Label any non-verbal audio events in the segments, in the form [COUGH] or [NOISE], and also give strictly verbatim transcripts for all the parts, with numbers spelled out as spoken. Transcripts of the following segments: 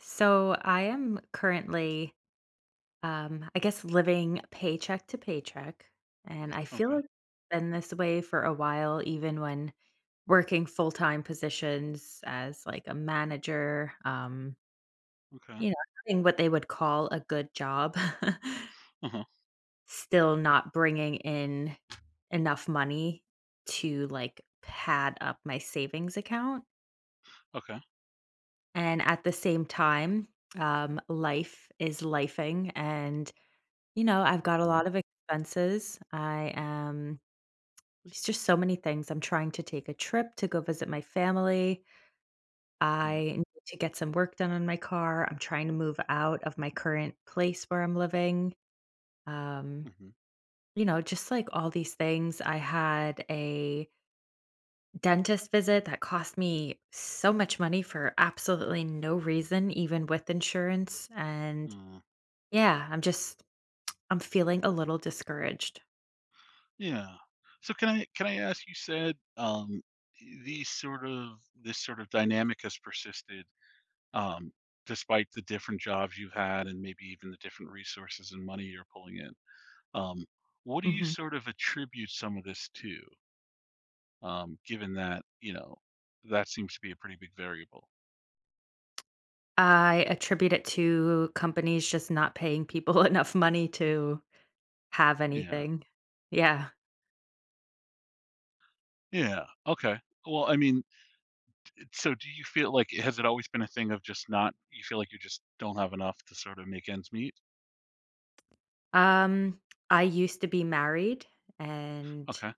So I am currently, um, I guess, living paycheck to paycheck. And I feel Okay, like it's been this way for a while, even when working full time positions as like a manager. um, okay. you know, Having what they would call a good job, [LAUGHS] Uh-huh, still not bringing in enough money to like pad up my savings account. okay. And at the same time, um, life is lifing and you know, I've got a Mhm, lot of expenses. I am It's just so many things. I'm trying to take a trip to go visit my family. yeah, I need to get some work done on my car. I'm trying to move out of my current place where I'm living. Um, mhm, you know, just like all these things. I had a dentist visit that cost me so much money for absolutely no reason, even with insurance. And uh, yeah, I'm just I'm feeling a little discouraged. yeah. So can I can I ask, you said, um, e, these sort of this sort of dynamic has persisted, um, despite the different jobs you've had and maybe even the different resources and money you're pulling in. Um, what do you Mhm. sort of attribute some of this to, um, given that, you know, that seems to be a pretty big variable? I attribute it to companies just not paying people [LAUGHS] enough money to have Yeah, anything. Yeah. yeah, okay. Well, I mean, so do you feel like has it always been a thing of just not you feel like you just don't have enough to sort of make ends meet? Um, I used to be married and Okay.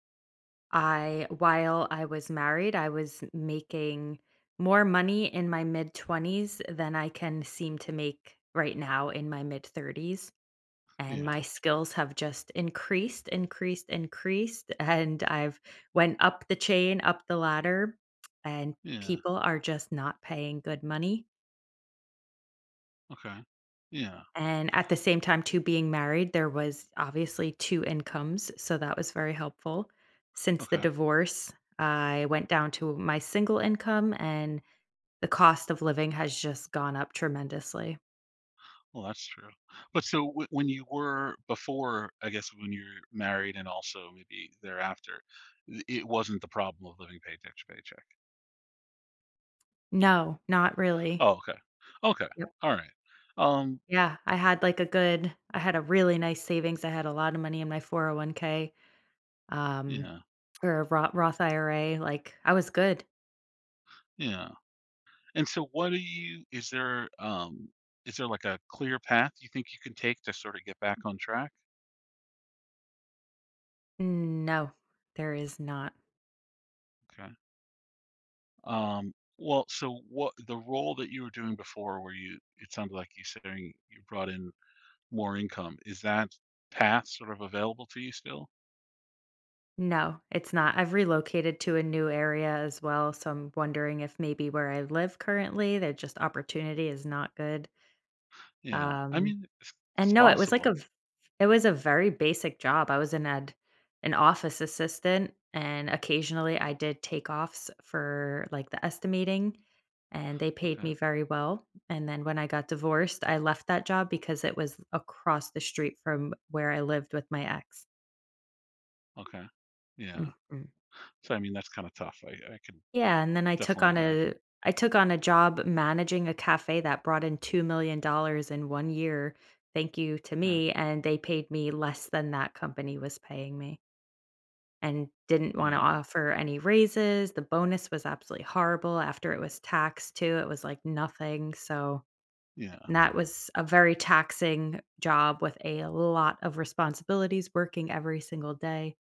I while I was married, I was making more money in my mid twenties than I can seem to make right now in my mid thirties. And Yeah. my skills have just increased, increased, increased, and I've went up the chain, up the ladder, and Yeah. people are just not paying good money. Okay. Yeah. And at the same time, too, being married, there was obviously two incomes, so that was very helpful. Since the Okay. divorce, I went down to my single income, and the cost of living has just gone up tremendously. Well, that's true. But so w- when you were before, I guess when you're married and also maybe thereafter, th- it wasn't the problem of living paycheck to paycheck. No, not really. Oh, okay. Okay. All right. Um, Yeah, I had like a good I had a really nice savings. I had a lot of money in my four oh one k, um, yeah. or a Ro Roth I R A, like, I was good. Yeah. And so what do you is there um is there like a clear path you think you can take to sort of get back on track? No, there is not. Okay. Um, well, so what the role that you were doing before, where you it sounded like you saying you brought in more income, is that path sort of available to you still? No, it's not. I've relocated to a new area as well, so I'm wondering if maybe where I live currently, the just opportunity is not good. Yeah, I Um mean, it's, it's And no, it was like a possible. v it was a very basic job. I was an ad an office assistant, and occasionally I did takeoffs for, like, the estimating, and they paid Okay, me very well, and then when I got divorced, I left that job because it was across the street from where I lived with my ex. okay, yeah. Mhm. So I mean, that's kind of tough. I I can Yeah, and then I took definitely on a imagine. I took on a job managing a cafe that brought in two million dollars in one year, thank you to Okay. me, and they paid me less than that company was paying me. And didn't wanna Yeah, offer any raises. The bonus was absolutely horrible after it was taxed too, it was like nothing, so yeah, and that was a very taxing job with a lot of responsibilities, working every single day.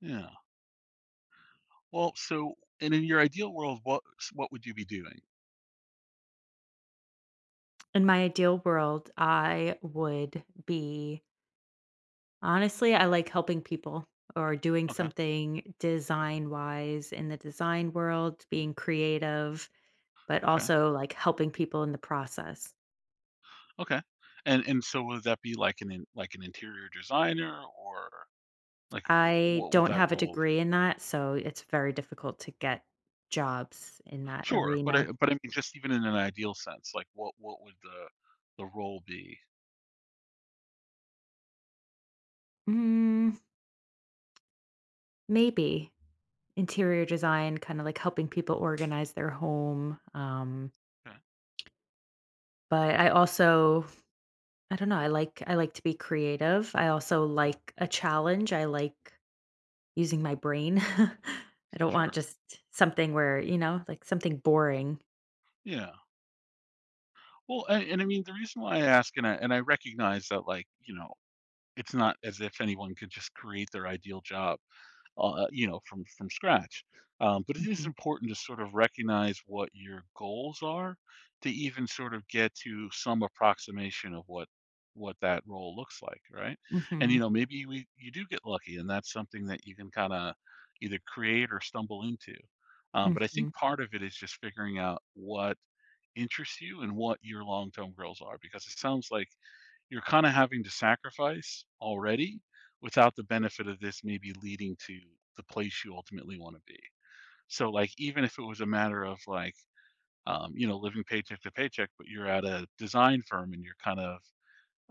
yeah. Well, so and in your ideal world, what s- what would you be doing? In my ideal world, I would be honestly, I like helping people or doing Okay, something design-wise in the design world, being creative, but okay, also, like, helping people in the process. okay. And and so would that be like an in, like an interior designer or like, w I what would don't that have a role— degree in that, so it's very difficult to get jobs in that sure, but I arena. but I mean, just even in an ideal sense, like, what what would the the role be? Mm, maybe interior design, kind of like helping people organize their home. Um, Okay, But I also, I don't know, I like I like to be creative. I also like a challenge. I like using my brain. [LAUGHS] I don't want sure. just something where you know, like something boring. Yeah. Well, and and I mean, the reason why I ask, and I and I recognize that, like, you know, it's not as if anyone could just create their ideal job uh, you know, from from scratch. Um, but it is Mhm, important to sort of recognize what your goals are to even sort of get to some approximation of what what that role looks like, right? And you mhm, know, maybe we you do get lucky, and that's something that you can kind of either create or stumble into. Um, but I mhm, think part of it is just figuring out what interests you and what your long-term goals are, because it sounds like you're kind of having to sacrifice already without the benefit of this maybe leading to the place you ultimately want to be. So like even if it was a matter of like, um, you know, living paycheck to paycheck, but you're at a design firm and you're kind of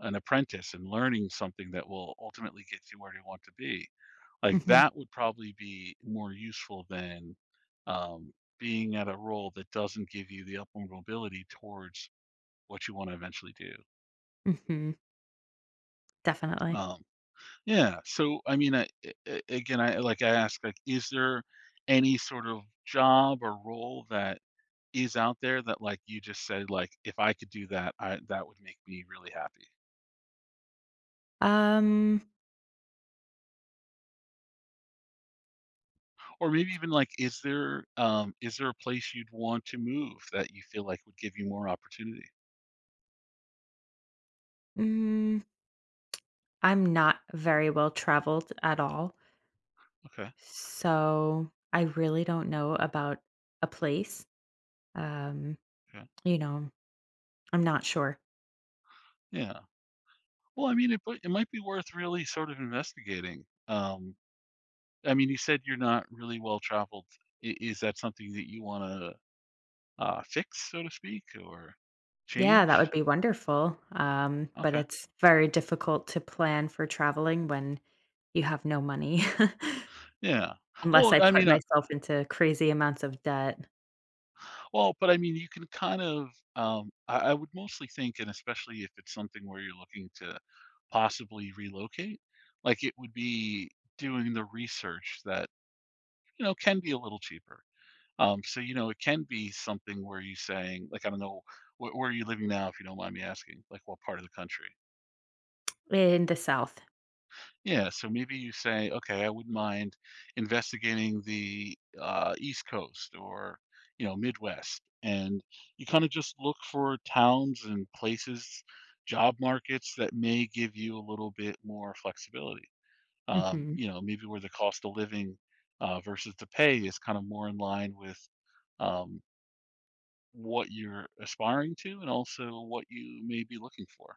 an apprentice and learning something that will ultimately get you where you want to be, like mhm, that would probably be more useful than, um, being at a role that doesn't give you the upward mobility towards what you want to eventually do. mhm, definitely. Um, Yeah, so, I mean, I a a again, I like, I ask, like, is there any sort of job or role that is out there that, like, you just said, like, "If I could do that, I that would make me really happy?" Um, Or maybe even, like, is there, um, is there a place you'd want to move that you feel like would give you more opportunity? Mm, I'm not very well traveled at all, Okay, so I really don't know about a place. Um, okay, you know, I'm not sure. yeah. Well, I mean, it but it might be worth really sort of investigating. Um, I mean, you said you're not really well traveled. I Is that something that you wanna, uh, fix, so to speak, or Yeah, that change? would be wonderful. Um, but Okay. it's very difficult to plan for traveling when you have no money, Yeah. [LAUGHS] unless Well, I I put mean, uh, myself into crazy amounts of debt well, but I mean, you can kind of, um, I, I would mostly think, and especially if it's something where you're looking to possibly relocate, like it would be doing the research that, you know, can be a little cheaper. Um, so, you know, it can be something where you're saying, like, I don't know, wh- where are you living now, if you don't mind me asking? Like, what part of the country? in the South. Yeah, so maybe you say, okay, I wouldn't mind investigating the, uh, East Coast or, you know, Midwest. And you kind of just look for towns and places, job markets that may give you a little bit more flexibility. Um, Mhm, you know, maybe where the cost of living, uh, versus the pay is kind of more in line with, um, what you're aspiring to and also what you may be looking for.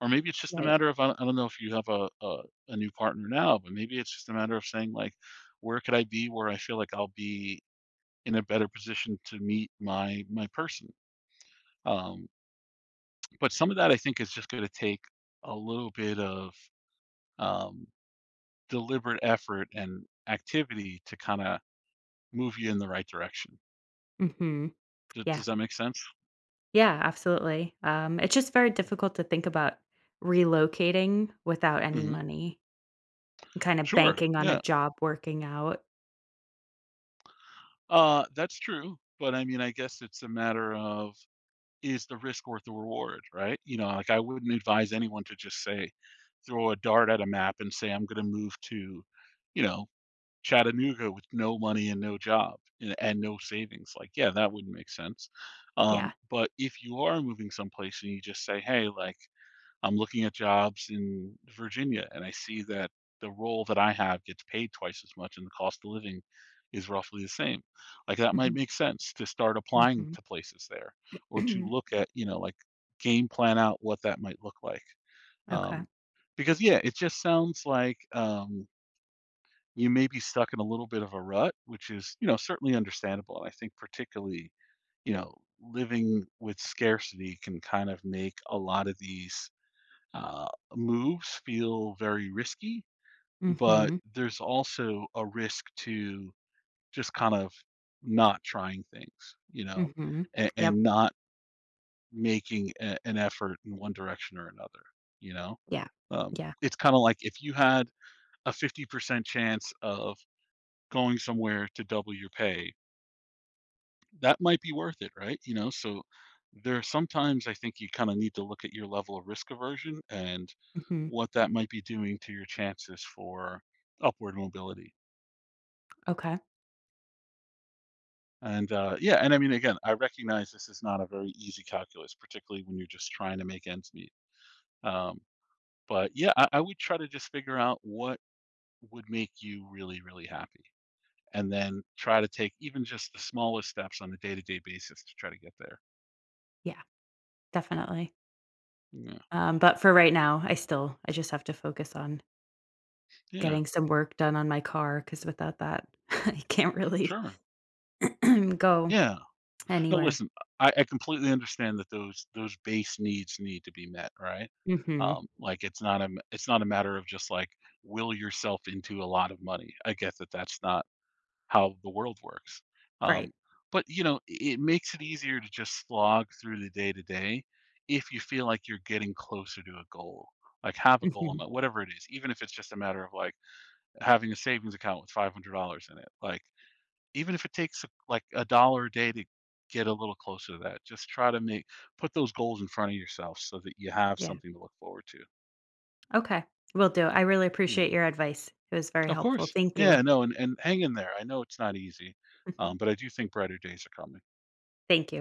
Or maybe it's just a right. matter of— I don't I don't know if you have a, a a new partner now, but maybe it's just a matter of saying like, where could I be where I feel like I'll be in a better position to meet my my person. Um, but some of that I think is just going to take a little bit of, um, deliberate effort and activity to kind of move you in the right direction. Mhm. D- Yeah. Does that make sense? Yeah, absolutely. Um, it's just very difficult to think about relocating without any Hmm. money and kind of Sure. banking on a Yeah. job working out. Uh, that's true, but I mean, I guess it's a matter of, is the risk worth the reward, right? You know, like I wouldn't advise anyone to just say throw a dart at a map and say I'm going to move to, you know, Chattanooga with no money and no job and, and no savings. Like, yeah, that wouldn't make sense. Yeah. Um, but if you are moving someplace and you just say, hey, like, I'm looking at jobs in Virginia, and I see that the role that I have gets paid twice as much, and the cost of living is roughly the same. Like, that might Mhm, make sense to start applying mhm. to places there or to [CLEARS THROAT] look at, you know, like, game plan out what that might look like. Okay. Um, because, yeah, it just sounds like, um, you may be stuck in a little bit of a rut, which is, you know, certainly understandable, and I think particularly, you know, living with scarcity can kind of make a lot of these, uh, moves feel very risky, but Mhm, there's also a risk to just kind of not trying things, you know, mhm. and, Yep. and not making a, an effort in one direction or another, you know. Yeah. Um, Yeah. it's kind of like if you had a fifty percent chance of going somewhere to double your pay, that might be worth it, right? You know, so there are sometimes I think you kind of need to look at your level of risk aversion and Mhm. what that might be doing to your chances for upward mobility. Okay. And, uh, yeah, and I mean, again, I recognize this is not a very easy calculus, particularly when you're just trying to make ends meet. Um, but yeah, I, I would try to just figure out what would make you really, really happy, and then try to take even just the smallest steps on a day-to-day basis to try to get there. Yeah, definitely. Yeah, Um, but for right now, I still I just have to focus on yeah, getting some work done on my car because without that, [LAUGHS] I can't really sure. [CLEARS THROAT] go Yeah, no, anywhere. listen, I I completely understand that those those base needs need to be met, right? Mhm. Um, like, it's not a m it's not a matter of just, like, will yourself into a lot of money. I get that that's not how the world works. Right. Um, but, you know, it makes it easier to just slog through the day-to-day if you feel like you're getting closer to a goal. Like, have a goal Mhm. in whatever it is, even if it's just a matter of, like, having a savings account with five hundred dollars in it, like even if it takes like a dollar a day to get a little closer to that, just try to make put those goals in front of yourself so that you have Yeah. something to look forward to. Okay, will do. I really Yeah, appreciate your advice. It was very of helpful. course. Thank you. Yeah, no, and and hang in there. I know it's not easy, um, but I [LAUGHS] do think brighter days are coming. Thank you.